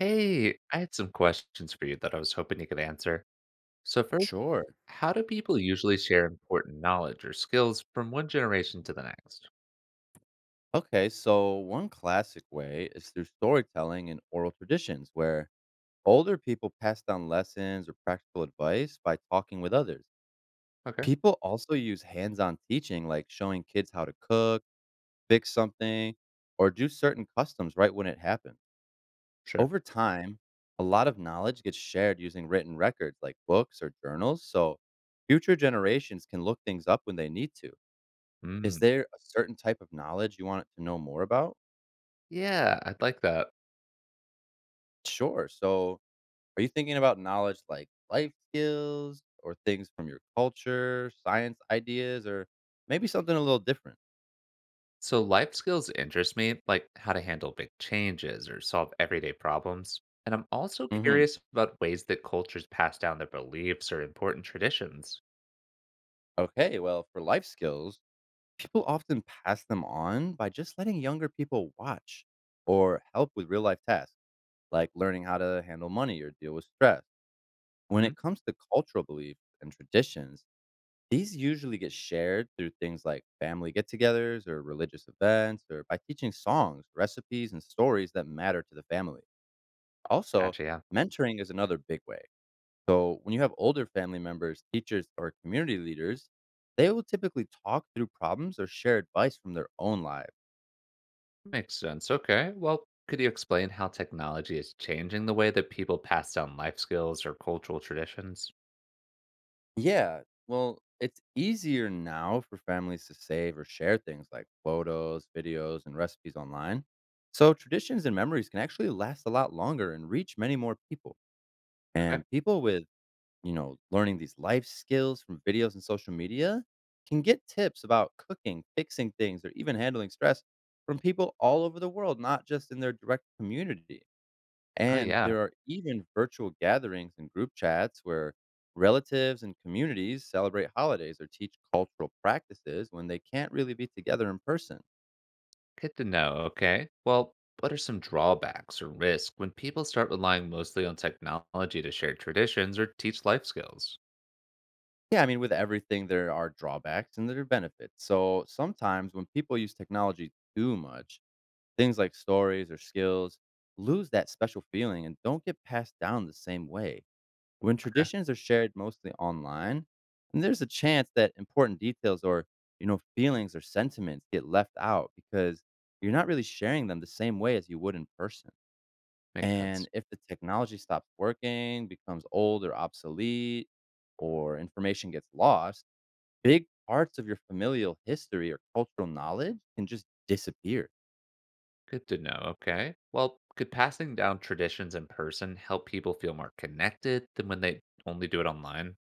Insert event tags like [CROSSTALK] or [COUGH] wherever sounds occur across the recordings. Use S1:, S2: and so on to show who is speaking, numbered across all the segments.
S1: Hey, I had some questions for you that I was hoping you could answer. So, first,
S2: Sure.
S1: how do people usually share important knowledge or skills from one generation to the next?
S2: Okay, so one classic way is through storytelling and oral traditions where older people pass down lessons or practical advice by talking with others.
S1: Okay,
S2: People also use hands on teaching, like showing kids how to cook, fix something, or do certain customs right when it happens.
S1: sure.
S2: Over time, a lot of knowledge gets shared using written records like books or journals, so future generations can look things up when they need to. Is
S1: Mm,
S2: there a certain type of knowledge you want to know more about?
S1: yeah, I'd like that.
S2: Sure. So, are you thinking about knowledge like life skills or things from your culture, science ideas, or maybe something a little different?
S1: So, life skills interest me, like how to handle big changes or solve everyday problems. And I'm also
S2: hmm
S1: curious about ways that cultures pass down their beliefs or important traditions.
S2: Okay. Well, for life skills, people often pass them on by just letting younger people watch or help with real life tasks, like learning how to handle money or deal with stress. When it
S1: Hmm.
S2: comes to cultural beliefs and traditions, these usually get shared through things like family get togethers or religious events, or by teaching songs, recipes, and stories that matter to the family. Also,
S1: Gotcha, yeah.
S2: mentoring is another big way. So, when you have older family members, teachers, or community leaders, they will typically talk through problems or share advice from their own lives.
S1: Makes sense. Okay. Well, could you explain how technology is changing the way that people pass down life skills or cultural traditions?
S2: Yeah. Well, it's easier now for families to save or share things like photos, videos, and recipes online. So traditions and memories can actually last a lot longer and reach many more people.
S1: Okay.
S2: And people learning these life skills from videos and social media can get tips about cooking, fixing things, or even handling stress from people all over the world, not just in their direct community.
S1: Oh,
S2: And
S1: yeah.
S2: there are even virtual gatherings and group chats where relatives and communities celebrate holidays or teach cultural practices when they can't really be together in person.
S1: Good to know. Okay. Well, what are some drawbacks or risks when people start relying mostly on technology to share traditions or teach life skills?
S2: Yeah, I mean, with everything, there are drawbacks and there are benefits. So sometimes when people use technology too much, things like stories or skills lose that special feeling and don't get passed down the same way. When
S1: Okay.
S2: traditions are shared mostly online, then there's a chance that important details or feelings or sentiments get left out because you're not really sharing them the same way as you would in person.
S1: Makes
S2: And
S1: sense.
S2: if the technology stops working, becomes old or obsolete, or information gets lost, big parts of your familial history or cultural knowledge can just disappear.
S1: Good to know. Okay. Well, could passing down traditions in person help people feel more connected than when they only do it online?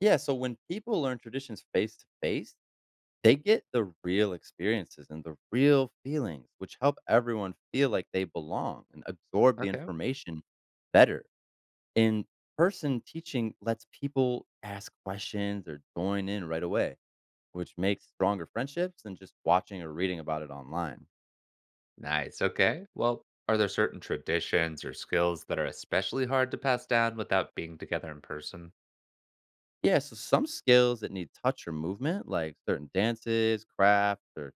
S2: Yeah, so when people learn traditions face to face, they get the real experiences and the real feelings, which help everyone feel like they belong and absorb the
S1: Okay.
S2: information better. In person teaching lets people ask questions or join in right away, which makes stronger friendships than just watching or reading about it online.
S1: Nice. Okay. Well, are there certain traditions or skills that are especially hard to pass down without being together in person?
S2: Yeah, so some skills that need touch or movement, like certain dances, crafts, or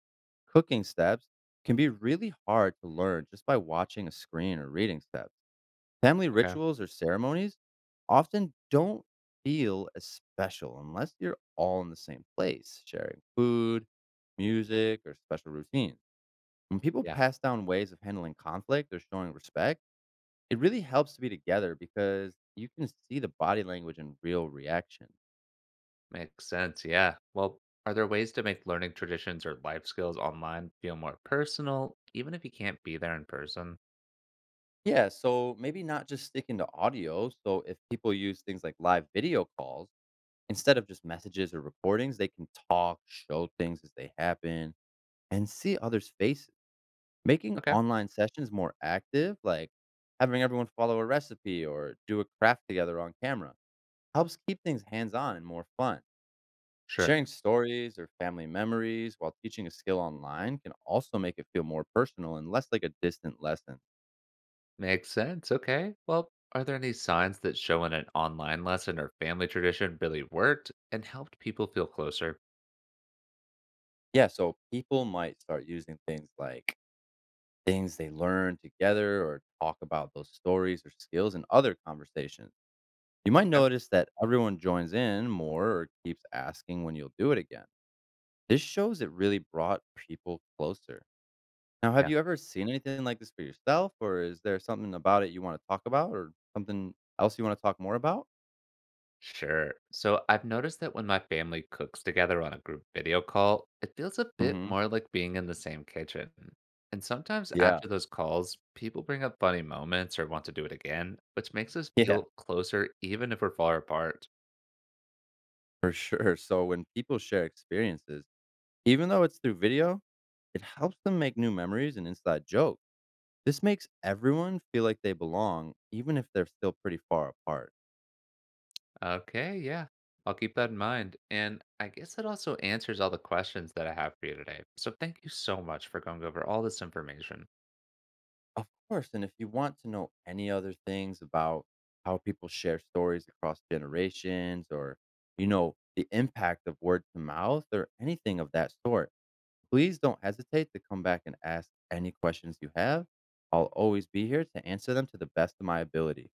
S2: cooking steps, can be really hard to learn just by watching a screen or reading steps. Family
S1: Okay.
S2: rituals or ceremonies often don't feel as special unless you're all in the same place, sharing food, music, or special routines. When people
S1: Yeah,
S2: pass down ways of handling conflict or showing respect, it really helps to be together because you can see the body language and real reaction.
S1: makes sense. Yeah. Well, are there ways to make learning traditions or life skills online feel more personal, even if you can't be there in person?
S2: Yeah, so maybe not just sticking to audio. So if people use things like live video calls instead of just messages or recordings, they can talk, show things as they happen, and see others' faces. Making
S1: Okay.
S2: online sessions more active, like having everyone follow a recipe or do a craft together on camera, helps keep things hands on and more fun.
S1: Sure.
S2: Sharing stories or family memories while teaching a skill online can also make it feel more personal and less like a distant lesson.
S1: Makes sense. Okay. Well, are there any signs that showing an online lesson or family tradition really worked and helped people feel closer?
S2: Yeah, so people might start using things like things they learn together or talk about those stories or skills in other conversations. You might
S1: Okay.
S2: notice that everyone joins in more or keeps asking when you'll do it again. This shows it really brought people closer. Now, have
S1: Yeah.
S2: you ever seen anything like this for yourself, or is there something about it you want to talk about, or something else you want to talk more about?
S1: Sure. So I've noticed that when my family cooks together on a group video call, it feels a bit
S2: hmm
S1: more like being in the same kitchen. And sometimes
S2: Yeah,
S1: after those calls, people bring up funny moments or want to do it again, which makes us
S2: [LAUGHS] yeah,
S1: feel closer even if we're far apart.
S2: for sure. So when people share experiences, even though it's through video, it helps them make new memories and inside jokes. This makes everyone feel like they belong, even if they're still pretty far apart.
S1: Okay, yeah. I'll keep that in mind. And I guess that also answers all the questions that I have for you today. So thank you so much for going over all this information.
S2: Of course, and if you want to know any other things about how people share stories across generations or the impact of word to mouth or anything of that sort, please don't hesitate to come back and ask any questions you have. I'll always be here to answer them to the best of my ability.